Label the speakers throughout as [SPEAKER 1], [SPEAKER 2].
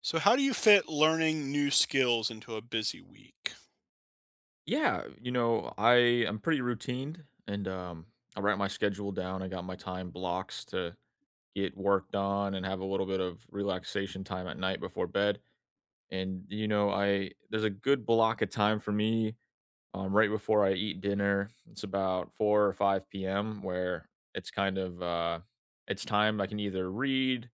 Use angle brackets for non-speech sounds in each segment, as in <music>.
[SPEAKER 1] So, how do you fit learning new skills into a busy week?
[SPEAKER 2] Yeah, I am pretty routined and I write my schedule down. I got my time blocks to get work done and have a little bit of relaxation time at night before bed. And you know, I there's a good block of time for me right before I eat dinner. It's about 4 or 5 p.m. where it's kind of it's time I can either read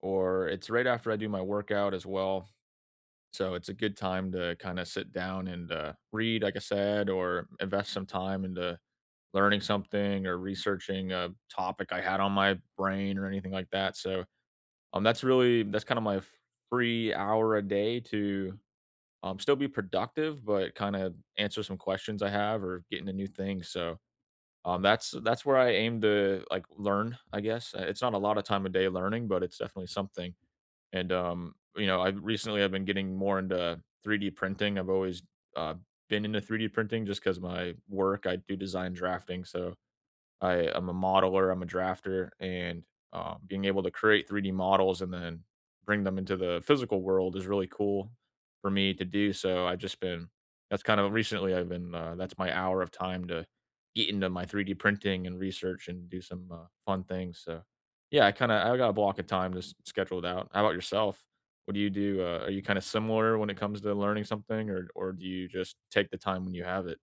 [SPEAKER 2] or it's right after I do my workout as well. So it's a good time to kinda sit down and, read, like I said, or invest some time into learning something or researching a topic I had on my brain or anything like that. So, that's kinda my free hour a day to, still be productive, but kinda answer some questions I have or get into new things. So, that's where I aim to, like, learn, I guess. It's not a lot of time a day learning, but it's definitely something. And, you know, I recently I've been getting more into 3D printing. I've always uh, been into 3D printing just because my work, I do design drafting. So I'm a modeler, I'm a drafter, and, being able to create 3D models and then bring them into the physical world is really cool for me to do, so I've just been that's kind of recently I've been, that's my hour of time to get into my 3D printing and research and do some, fun things, so, yeah, I got a block of time to s scheduled out. How about yourself? What do you do? Are you kinda similar when it comes to learning something, or do you just take the time when you have it?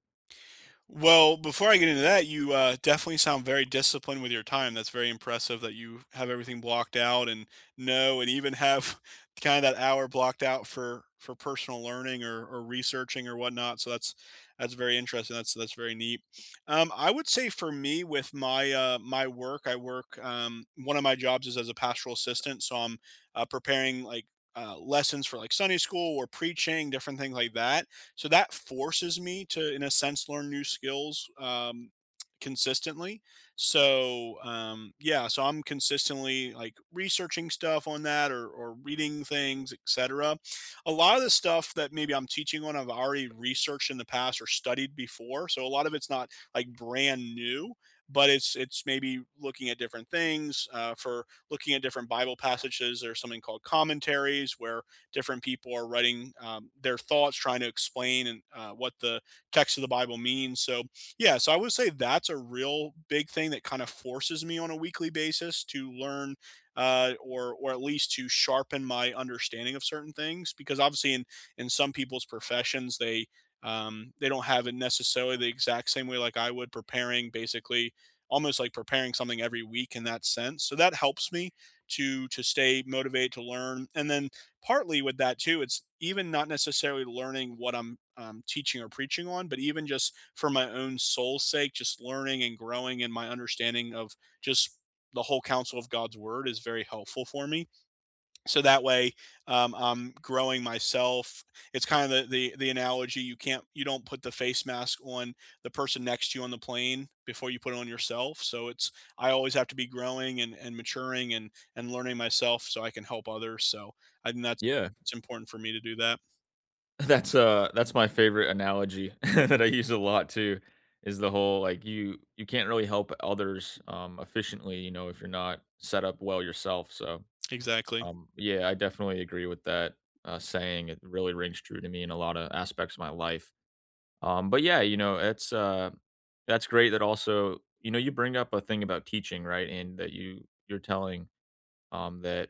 [SPEAKER 1] Well, before I get into that, you definitely sound very disciplined with your time. That's very impressive that you have everything blocked out and know, and even have <laughs> kind of that hour blocked out for personal learning or researching or whatnot. So that's very interesting. That's very neat. I would say for me with my my work, I work. One of my jobs is as a pastoral assistant, so I'm preparing like lessons for like Sunday school or preaching, different things like that, so that forces me to, in a sense, learn new skills, consistently. So yeah, so I'm consistently like researching stuff on that or reading things, etc. A lot of the stuff that maybe I'm teaching on, I've already researched in the past or studied before. So a lot of it's not like brand new. But it's maybe looking at different things. For looking at different Bible passages, there's something called commentaries where different people are writing their thoughts, trying to explain and what the text of the Bible means. So yeah, so I would say that's a real big thing that kind of forces me on a weekly basis to learn, or at least to sharpen my understanding of certain things, because obviously in some people's professions they don't have it necessarily the exact same way like I would, preparing basically almost like preparing something every week, in that sense. So that helps me to stay motivated to learn. And then partly with that too, it's even not necessarily learning what I'm teaching or preaching on, but even just for my own soul's sake, just learning and growing in my understanding of just the whole counsel of God's word is very helpful for me, so that way I'm growing myself. It's kind of the, the analogy, you can't you don't put the face mask on the person next to you on the plane before you put it on yourself. So it's, I always have to be growing, and maturing and learning myself so I can help others. So I think that's,
[SPEAKER 2] Yeah.
[SPEAKER 1] it's important for me to do that,
[SPEAKER 2] That's my favorite analogy <laughs> that I use a lot too, is the whole, like, you can't really help others, efficiently, if you're not set up well yourself, so,
[SPEAKER 1] exactly.
[SPEAKER 2] yeah, I definitely agree with that saying. It really rings true to me in a lot of aspects of my life, but yeah, that's great that also you bring up a thing about teaching, right, and that you're telling, that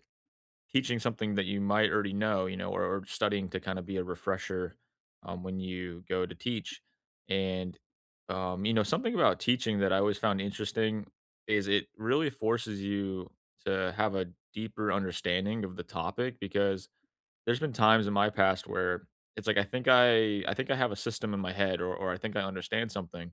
[SPEAKER 2] teaching something that you might already know, or, studying to kind of be a refresher when you go to teach. And, something about teaching that I always found interesting is it really forces you to have a deeper understanding of the topic because there's been times in my past where it's like I think I think I have a system in my head or I think I understand something,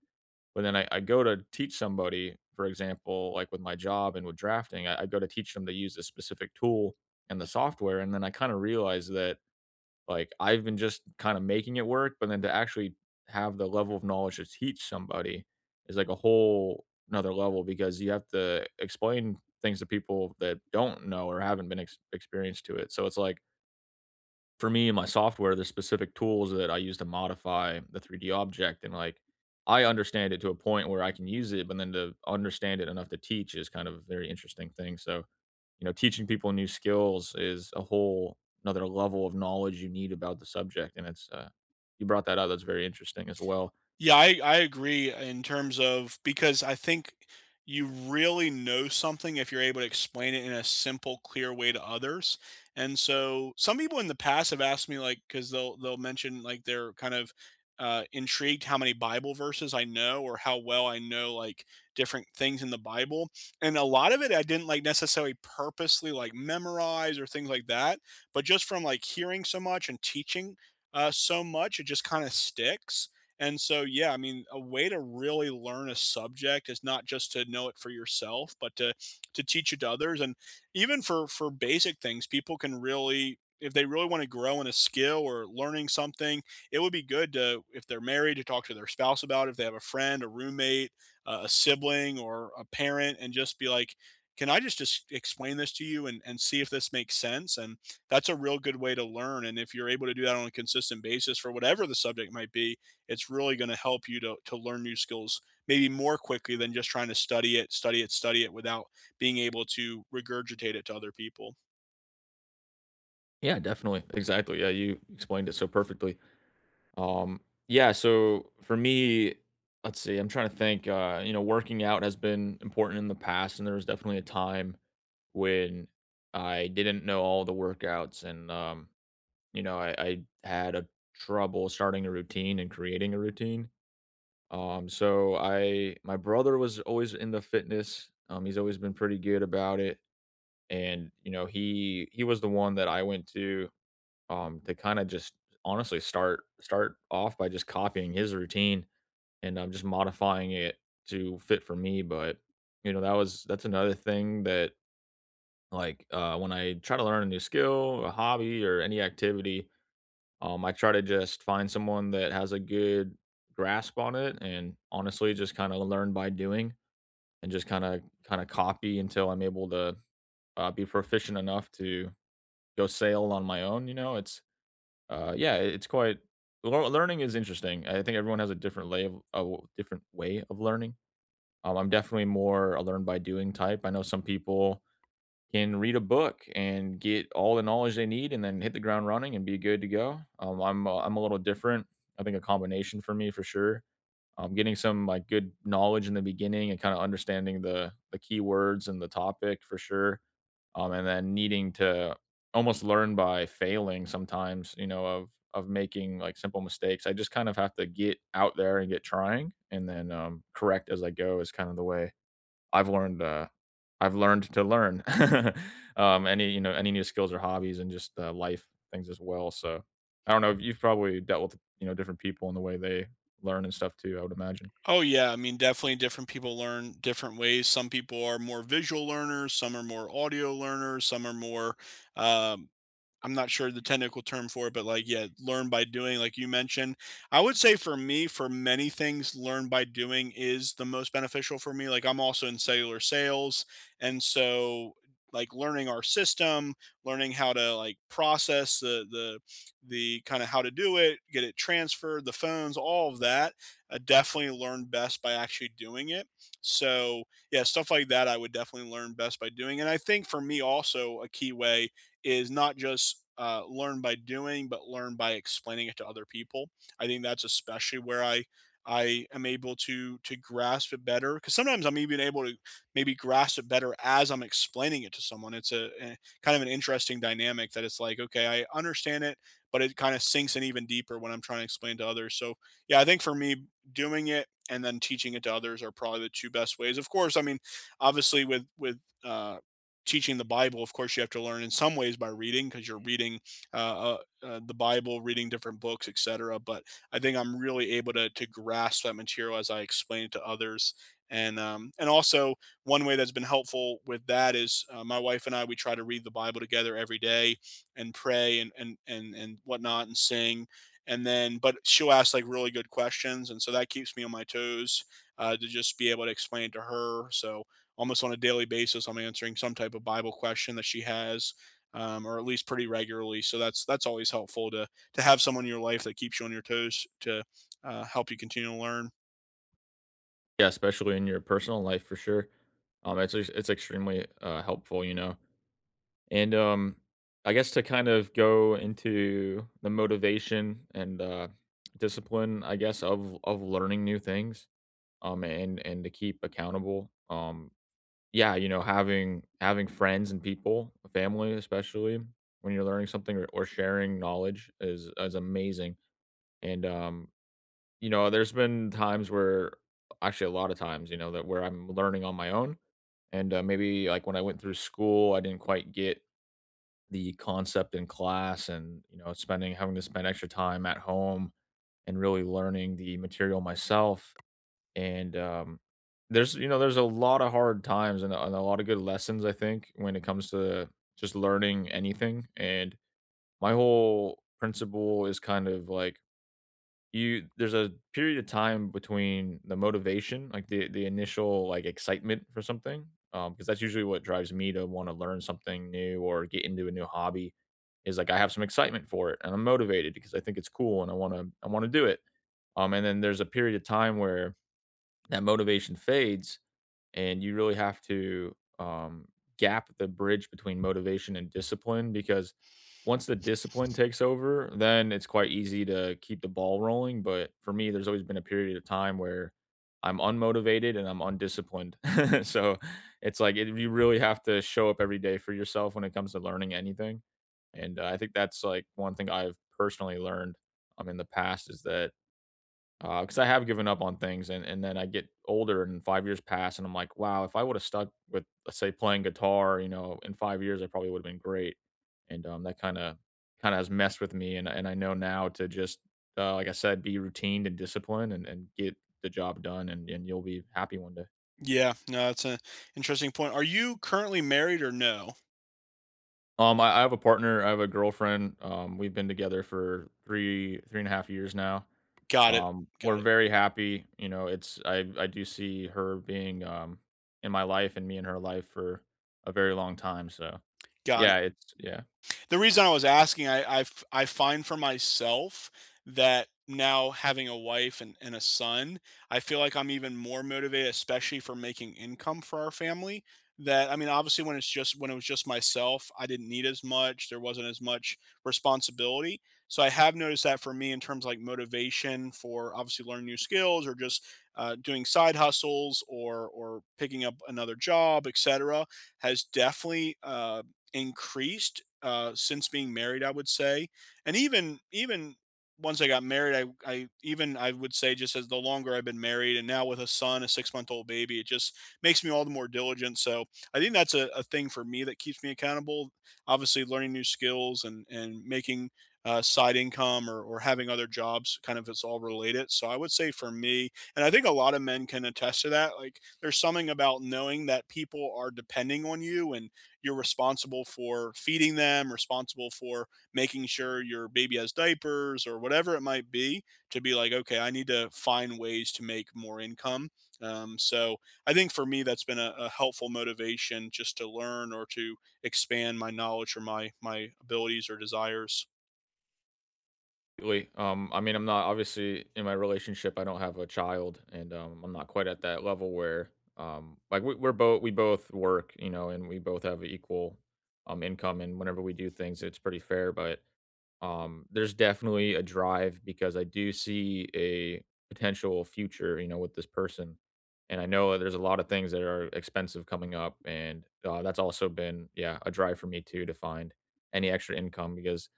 [SPEAKER 2] but then I go to teach somebody, for example, like with my job and with drafting, I go to teach them to use a specific tool and the software, and then I kind of realize that like I've been just kind of making it work, but then to actually have the level of knowledge to teach somebody is like a whole another level because you have to explain things to people that don't know or haven't been experienced to it. So it's like for me and my software, there's specific tools that I use to modify the 3D object. And like I understand it to a point where I can use it, but then to understand it enough to teach is kind of a very interesting thing. So, teaching people new skills is a whole another level of knowledge you need about the subject. And it's you brought that up. That's very interesting as well.
[SPEAKER 1] Yeah, I agree in terms of, because I think you really know something if you're able to explain it in a simple, clear way to others. And so some people in the past have asked me, like, because they'll mention like they're kind of intrigued how many Bible verses I know or how well I know like different things in the Bible. And a lot of it I didn't like necessarily purposely like memorize or things like that, but just from like hearing so much and teaching, so much, it just kind of sticks. And so, yeah, I mean, a way to really learn a subject is not just to know it for yourself, but to teach it to others. And even for basic things, people can really, if they really want to grow in a skill or learning something, it would be good to, if they're married, to talk to their spouse about it. If they have a friend, a roommate, a sibling, or a parent, and just be like, can I just explain this to you and see if this makes sense? And that's a real good way to learn. And if you're able to do that on a consistent basis for whatever the subject might be, it's really going to help you to learn new skills, maybe more quickly than just trying to study it without being able to regurgitate it to other people.
[SPEAKER 2] Yeah, definitely. Exactly. Yeah, you explained it so perfectly. Um, yeah, so for me, let's see, I'm trying to think. Working out has been important in the past, and there was definitely a time when I didn't know all the workouts, and I had a trouble starting a routine and creating a routine. So my brother was always in the fitness. He's always been pretty good about it, and he was the one that I went to kinda just honestly start off by just copying his routine and I'm just modifying it to fit for me, but, that's another thing that, like, when I try to learn a new skill, a hobby, or any activity, I try to just find someone that has a good grasp on it and honestly just kinda learn by doing and just kinda copy until I'm able to, be proficient enough to go sail on my own, you know? It's Yeah, it's quite learning is interesting. I think everyone has a different lay of different way of learning. I'm definitely more a learn by doing type. I know some people can read a book and get all the knowledge they need, and then hit the ground running and be good to go. I'm a little different. I think a combination for me for sure. Getting some like good knowledge in the beginning and kind of understanding the keywords and the topic for sure and then needing to almost learn by failing sometimes, of making like simple mistakes. I just kind of have to get out there and get trying, and then correct as I go is kind of the way I've learned. I've learned to learn <laughs> any any new skills or hobbies and just life things as well. So I don't know. You've probably dealt with different people and the way they learn and stuff too. I would imagine.
[SPEAKER 1] Oh yeah, I mean, definitely different people learn different ways. Some people are more visual learners, some are more audio learners, some are more, um, I'm not sure the technical term for it, but like, yeah, learn by doing, like you mentioned. I would say for me, for many things, learn by doing is the most beneficial for me. Like, I'm also in cellular sales. And so, like learning our system, learning how to like process the kind of how to do it, get it transferred, the phones, all of that. I definitely learn best by actually doing it. So yeah, stuff like that I would definitely learn best by doing. And I think for me also a key way is not just learn by doing, but learn by explaining it to other people. I think that's especially where I am able to grasp it better, because sometimes I'm even able to maybe grasp it better as I'm explaining it to someone. It's a kind of an interesting dynamic that it's like, okay, I understand it, but it kind of sinks in even deeper when I'm trying to explain to others. So yeah, I think for me, doing it and then teaching it to others are probably the two best ways. Of course, I mean, obviously with teaching the Bible, of course, you have to learn in some ways by reading because you're reading, uh, uh, the Bible, reading different books, etc. But I think I'm really able to grasp that material as I explain it to others. And also, one way that's been helpful with that is, my wife and I we try to read the Bible together every day and pray and whatnot and sing. And then, but she'll ask like really good questions, and so that keeps me on my toes, to just be able to explain to her. So almost on a daily basis, I'm answering some type of Bible question that she has, or at least pretty regularly. So that's always helpful to have someone in your life that keeps you on your toes to help you continue to learn.
[SPEAKER 2] Yeah, especially in your personal life for sure. It's extremely helpful. And I guess to kind of go into the motivation and discipline, I guess of learning new things, and to keep accountable. Yeah, having friends and people, family especially, when you're learning something or, sharing knowledge is amazing. And there's been times where actually a lot of times, that where I'm learning on my own, and maybe like when I went through school, I didn't quite get the concept in class and, you know, spending having to spend extra time at home and really learning the material myself. And, there's a lot of hard times and a lot of good lessons, I think, when it comes to just learning anything. And my whole principle is kind of like you there's a period of time between the motivation, like the initial like excitement for something, because that's usually what drives me to want to learn something new or get into a new hobby, is like I have some excitement for it and I'm motivated because I think it's cool and I want to do it. And then there's a period of time where that motivation fades and you really have to gap the bridge between motivation and discipline because once the discipline takes over, then it's quite easy to keep the ball rolling. But for me, there's always been a period of time where I'm unmotivated and I'm undisciplined. <laughs> So it's like you really have to show up every day for yourself when it comes to learning anything. And I think that's like one thing I've personally learned in the past is that because I have given up on things and then I get older and 5 years pass and I'm like, "Wow, if I would've stuck with, let's say, playing guitar, in 5 years, I probably would've been great." And, that kinda has messed with me, and I know now to just, like I said, be routine and disciplined and get the job done, and you'll be happy one day.
[SPEAKER 1] Yeah, no, that's an interesting point. Are you currently married or no?
[SPEAKER 2] I have a partner, I have a girlfriend, we've been together for 3.5 years now.
[SPEAKER 1] Got it.
[SPEAKER 2] We're
[SPEAKER 1] Got it.
[SPEAKER 2] very happy, it's I do see her being, in my life and me in her life for a very long time, so,
[SPEAKER 1] Got it.
[SPEAKER 2] yeah, it's yeah.
[SPEAKER 1] The reason I was asking, I find for myself that now having a wife and a son, I feel like I'm even more motivated, especially for making income for our family. That, I mean, obviously, when it's just when it was just myself, I didn't need as much, there wasn't as much responsibility, so I have noticed that for me in terms of, like, motivation for obviously learning new skills or just, doing side hustles or picking up another job, etcetera, has definitely, increased, since being married, I would say. And even even once I got married, I would say just as the longer I've been married, and now with a son, a six-month old baby, it just makes me all the more diligent. So I think that's a thing for me that keeps me accountable. Obviously, learning new skills and making side income or having other jobs, kind of it's all related. So I would say for me, and I think a lot of men can attest to that. Like there's something about knowing that people are depending on you and you're responsible for feeding them, responsible for making sure your baby has diapers or whatever it might be, to be like, okay, I need to find ways to make more income. So I think for me, that's been a helpful motivation just to learn or to expand my knowledge or my abilities or desires.
[SPEAKER 2] Lee, I mean, I'm not obviously in my relationship, I don't have a child, and, I'm not quite at that level where, like, we both work, and we both have equal, income, and whenever we do things, it's pretty fair, but, there's definitely a drive because I do see a potential future, with this person, and I know that there's a lot of things that are expensive coming up, and, that's also been, yeah, a drive for me too to find any extra income because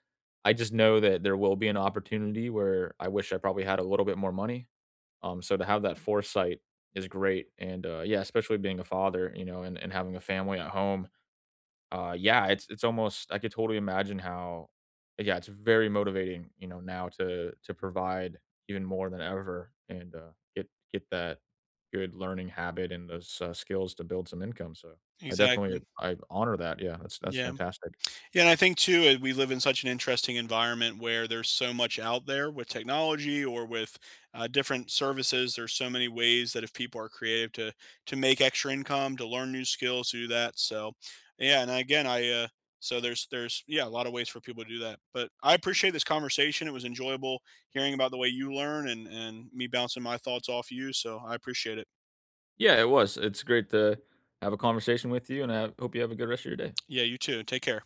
[SPEAKER 2] I just know that there will be an opportunity where I wish I probably had a little bit more money. So to have that foresight is great, and yeah, especially being a father, and having a family at home. Yeah, it's almost I could totally imagine how. Yeah, it's very motivating, now to provide even more than ever and get that good learning habit and those skills to build some income. So I definitely
[SPEAKER 1] Exactly.
[SPEAKER 2] I honor that. Yeah, that's
[SPEAKER 1] Yeah.
[SPEAKER 2] fantastic.
[SPEAKER 1] Yeah, and I think too, we live in such an interesting environment where there's so much out there with technology or with different services. There's so many ways that if people are creative to make extra income, to learn new skills, to do that. So, yeah, and again, I so there's yeah a lot of ways for people to do that. But I appreciate this conversation. It was enjoyable hearing about the way you learn and me bouncing my thoughts off you. So I appreciate it.
[SPEAKER 2] Yeah, it was. It's great to have a conversation with you, and I hope you have a good rest of your day.
[SPEAKER 1] Yeah, you too. Take care.